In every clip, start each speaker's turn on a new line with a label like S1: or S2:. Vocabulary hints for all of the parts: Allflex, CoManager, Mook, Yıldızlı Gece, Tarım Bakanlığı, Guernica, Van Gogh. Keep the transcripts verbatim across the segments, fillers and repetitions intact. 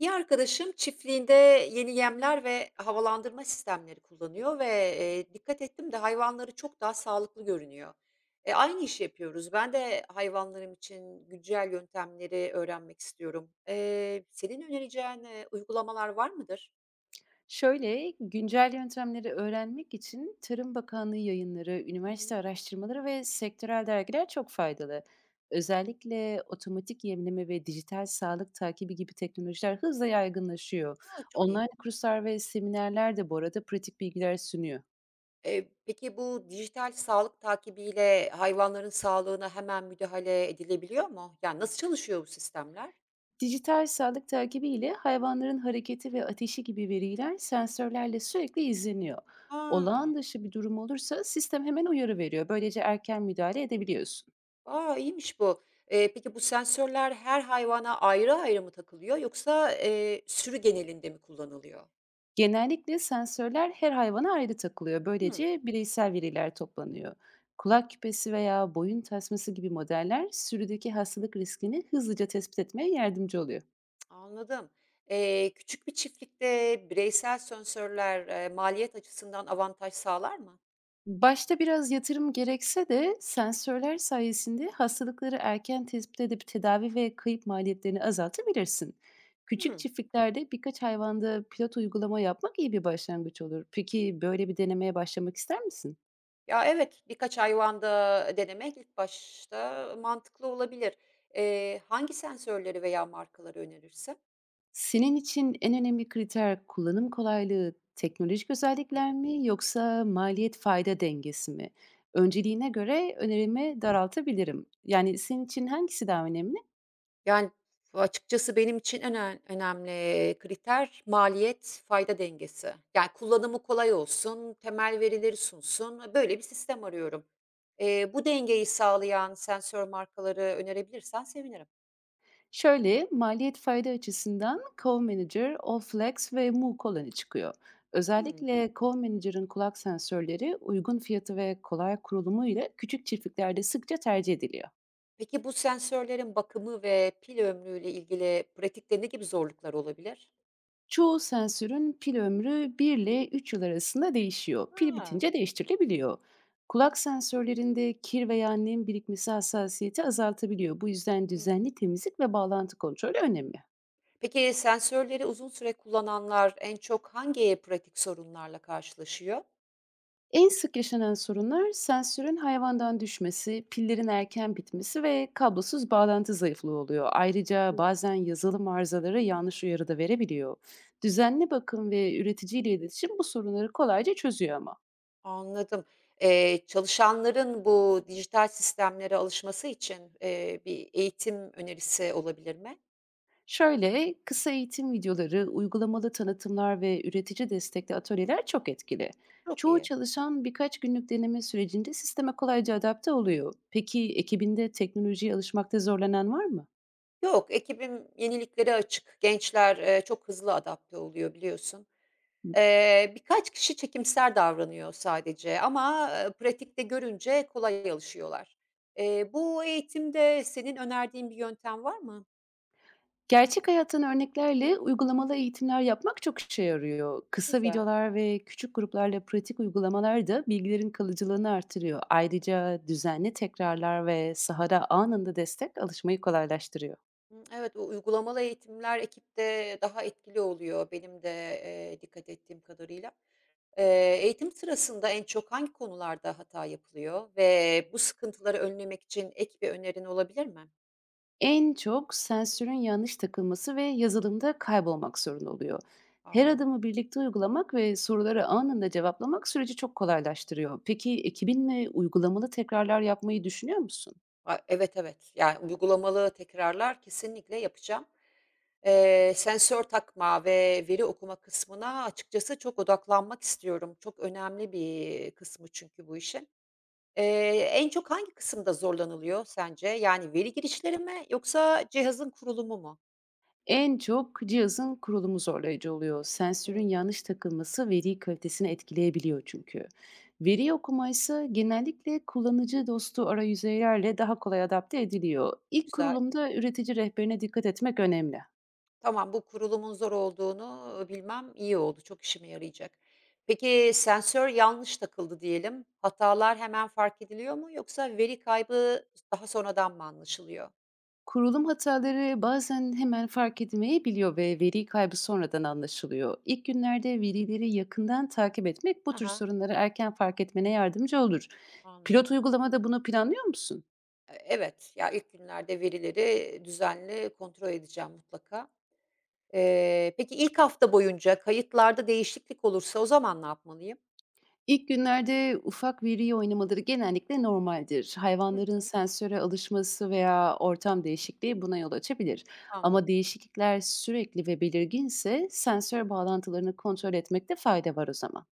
S1: Bir arkadaşım çiftliğinde yeni yemler ve havalandırma sistemleri kullanıyor ve, eee, dikkat ettim de hayvanları çok daha sağlıklı görünüyor. E, aynı işi yapıyoruz. Ben de hayvanlarım için güncel yöntemleri öğrenmek istiyorum. Eee, senin önereceğin, eee, uygulamalar var mıdır?
S2: Şöyle, güncel yöntemleri öğrenmek için Tarım Bakanlığı yayınları,
S1: Hı
S2: üniversite
S1: hı.
S2: araştırmaları ve sektörel dergiler çok faydalı. Özellikle otomatik yemleme ve dijital sağlık takibi gibi teknolojiler hızla yaygınlaşıyor.
S1: A, çok iyi.
S2: Online kurslar ve seminerler de bu arada pratik bilgiler sunuyor.
S1: Eee, peki bu dijital sağlık takibiyle hayvanların sağlığına hemen müdahale edilebiliyor mu? Yani nasıl çalışıyor bu sistemler?
S2: Dijital sağlık takibi ile hayvanların hareketi ve ateşi gibi veriler sensörlerle sürekli izleniyor.
S1: A!
S2: Olağan dışı bir durum olursa sistem hemen uyarı veriyor. Böylece erken müdahale edebiliyorsun.
S1: Aa iyiymiş bu. Eee, peki bu sensörler her hayvana ayrı ayrı mı takılıyor yoksa, eee, sürü genelinde mi kullanılıyor?
S2: Genellikle sensörler her hayvana ayrı takılıyor.
S1: Hımm,
S2: Böylece bireysel veriler toplanıyor. Kulak küpesi veya boyun tasması gibi modeller sürüdeki hastalık riskini hızlıca tespit etmeye yardımcı oluyor.
S1: anladım. Eee, küçük bir çiftlikte bireysel sensörler, eee, maliyet açısından avantaj sağlar mı?
S2: Başta biraz yatırım gerekse de sensörler sayesinde hastalıkları erken tespit edip tedavi ve kayıp maliyetlerini azaltabilirsin. Küçük
S1: Hımm.
S2: çiftliklerde birkaç hayvanda pilot uygulama yapmak iyi bir başlangıç olur. Peki böyle bir denemeye başlamak ister misin?
S1: Ya, evet, birkaç hayvanda denemek ilk başta mantıklı olabilir. Eee, hangi sensörleri veya markaları önerirsin?
S2: Senin için en önemli kriter kullanım kolaylığı, teknolojik özellikler mi yoksa maliyet fayda dengesi mi? Önceliğine göre önerimi daraltabilirim. Yani senin için hangisi daha önemli?
S1: Yani, açıkçası benim için önen önemli, kriter maliyet fayda dengesi. Yani, kullanımı kolay olsun, temel verileri sunsun, böyle bir sistem arıyorum. Eee, bu dengeyi sağlayan sensör markaları önerebilirsen sevinirim.
S2: Şöyle maliyet fayda açısından CoManager, Allflex ve Mook olanı çıkıyor.
S1: Hımm.
S2: Özellikle CoManager'ın kulak sensörleri uygun fiyatı ve kolay kurulumu ile küçük çiftliklerde sıkça tercih ediliyor.
S1: Peki bu sensörlerin bakımı ve pil ömrüyle ilgili pratikte ne gibi zorluklar olabilir?
S2: Çoğu sensörün pil ömrü bir ile üç yıl arasında değişiyor. Pil
S1: Ha.
S2: bitince değiştirilebiliyor. Kulak sensörlerinde kir veya nem birikmesi hassasiyeti azaltabiliyor. Bu yüzden
S1: Hı.
S2: düzenli temizlik ve bağlantı kontrolü önemli.
S1: Peki sensörleri uzun süre kullananlar en çok hangi pratik sorunlarla karşılaşıyor?
S2: En sık yaşanan sorunlar sensörün hayvandan düşmesi, pillerin erken bitmesi ve kablosuz bağlantı zayıflığı oluyor. Ayrıca bazen yazılım arızaları yanlış uyarı da verebiliyor. Düzenli bakım ve üreticiyle iletişim bu sorunları kolayca çözüyor ama.
S1: Anladım. Eee, çalışanların bu dijital sistemlere alışması için, eee, bir eğitim önerisi olabilir mi?
S2: Şöyle, kısa eğitim videoları, uygulamalı tanıtımlar ve üretici destekli atölyeler çok etkili.
S1: Çok
S2: Çoğu
S1: iyi.
S2: çalışan birkaç günlük deneme sürecinde sisteme kolayca adapte oluyor. Peki ekibinde teknolojiye alışmakta zorlanan var mı?
S1: Yok, ekibim yeniliklere açık. Gençler, eee, çok hızlı adapte oluyor biliyorsun. Eee, birkaç kişi çekimser davranıyor sadece ama, eee, pratikte görünce kolay alışıyorlar. Eee, bu eğitimde senin önerdiğin bir yöntem var mı?
S2: Gerçek hayattan örneklerle uygulamalı eğitimler yapmak çok işe yarıyor. Kısa
S1: Güzel.
S2: videolar ve küçük gruplarla pratik uygulamalar da bilgilerin kalıcılığını artırıyor. Ayrıca düzenli tekrarlar ve sahada anında destek alışmayı kolaylaştırıyor.
S1: Hımm, evet, o uygulamalı eğitimler ekipte daha etkili oluyor benim de, eee, dikkat ettiğim kadarıyla. Eee, eğitim sırasında en çok hangi konularda hata yapılıyor ve bu sıkıntıları önlemek için ek bir önerin olabilir mi?
S2: En çok sensörün yanlış takılması ve yazılımda kaybolmak sorun oluyor. Her
S1: A!
S2: adımı birlikte uygulamak ve soruları anında cevaplamak süreci çok kolaylaştırıyor. Peki ekibinle uygulamalı tekrarlar yapmayı düşünüyor musun?
S1: A, evet, evet. Yani, uygulamalı tekrarlar kesinlikle yapacağım. Eee, sensör takma ve veri okuma kısmına açıkçası çok odaklanmak istiyorum. Çok önemli bir kısmı çünkü bu işin. Eee, En çok hangi kısımda zorlanılıyor sence? Yani veri girişleri mi yoksa cihazın kurulumu mu?
S2: En çok cihazın kurulumu zorlayıcı oluyor. Sensörün
S1: Hımm.
S2: yanlış takılması veri kalitesini etkileyebiliyor çünkü. Veri okuma ise genellikle kullanıcı dostu arayüzeylerle daha kolay adapte ediliyor. İlk
S1: Güzel.
S2: kurulumda üretici rehberine dikkat etmek önemli.
S1: Tamam, bu kurulumun zor olduğunu bilmem iyi oldu, çok işime yarayacak. Peki sensör yanlış takıldı diyelim. Hatalar hemen fark ediliyor mu yoksa veri kaybı daha sonradan mı anlaşılıyor?
S2: Kurulum hataları bazen hemen fark edilmeyebiliyor ve veri kaybı sonradan anlaşılıyor. İlk günlerde verileri yakından takip etmek bu
S1: Ha
S2: tür
S1: ha.
S2: sorunları erken fark etmene yardımcı olur. Pilot
S1: Anladım.
S2: uygulamada bunu planlıyor musun?
S1: E evet, ya, ilk günlerde verileri düzenli kontrol edeceğim mutlaka. Eee, peki ilk hafta boyunca kayıtlarda değişiklik olursa o zaman ne yapmalıyım?
S2: İlk günlerde ufak veri oynamaları genellikle normaldir.
S1: Hı
S2: Hayvanların
S1: hı,
S2: sensöre alışması veya ortam değişikliği buna yol açabilir. Ama
S1: anladım.
S2: değişiklikler sürekli ve belirginse sensör bağlantılarını kontrol etmekte fayda var o zaman.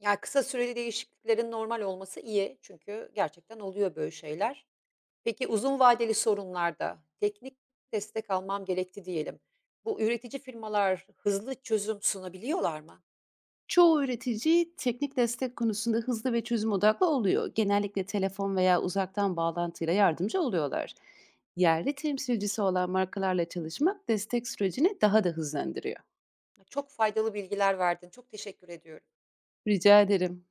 S1: Yani kısa süreli değişikliklerin normal olması iyi çünkü gerçekten oluyor böyle şeyler. Peki uzun vadeli sorunlarda teknik destek almam gerekti diyelim. Bu üretici firmalar hızlı çözüm sunabiliyorlar mı?
S2: Çoğu üretici teknik destek konusunda hızlı ve çözüm odaklı oluyor. Genellikle telefon veya uzaktan bağlantıyla yardımcı oluyorlar. Yerli temsilcisi olan markalarla
S1: Hı hı.
S2: çalışmak destek sürecini daha da hızlandırıyor.
S1: Çok faydalı bilgiler verdin. Çok teşekkür ediyorum.
S2: Rica ederim.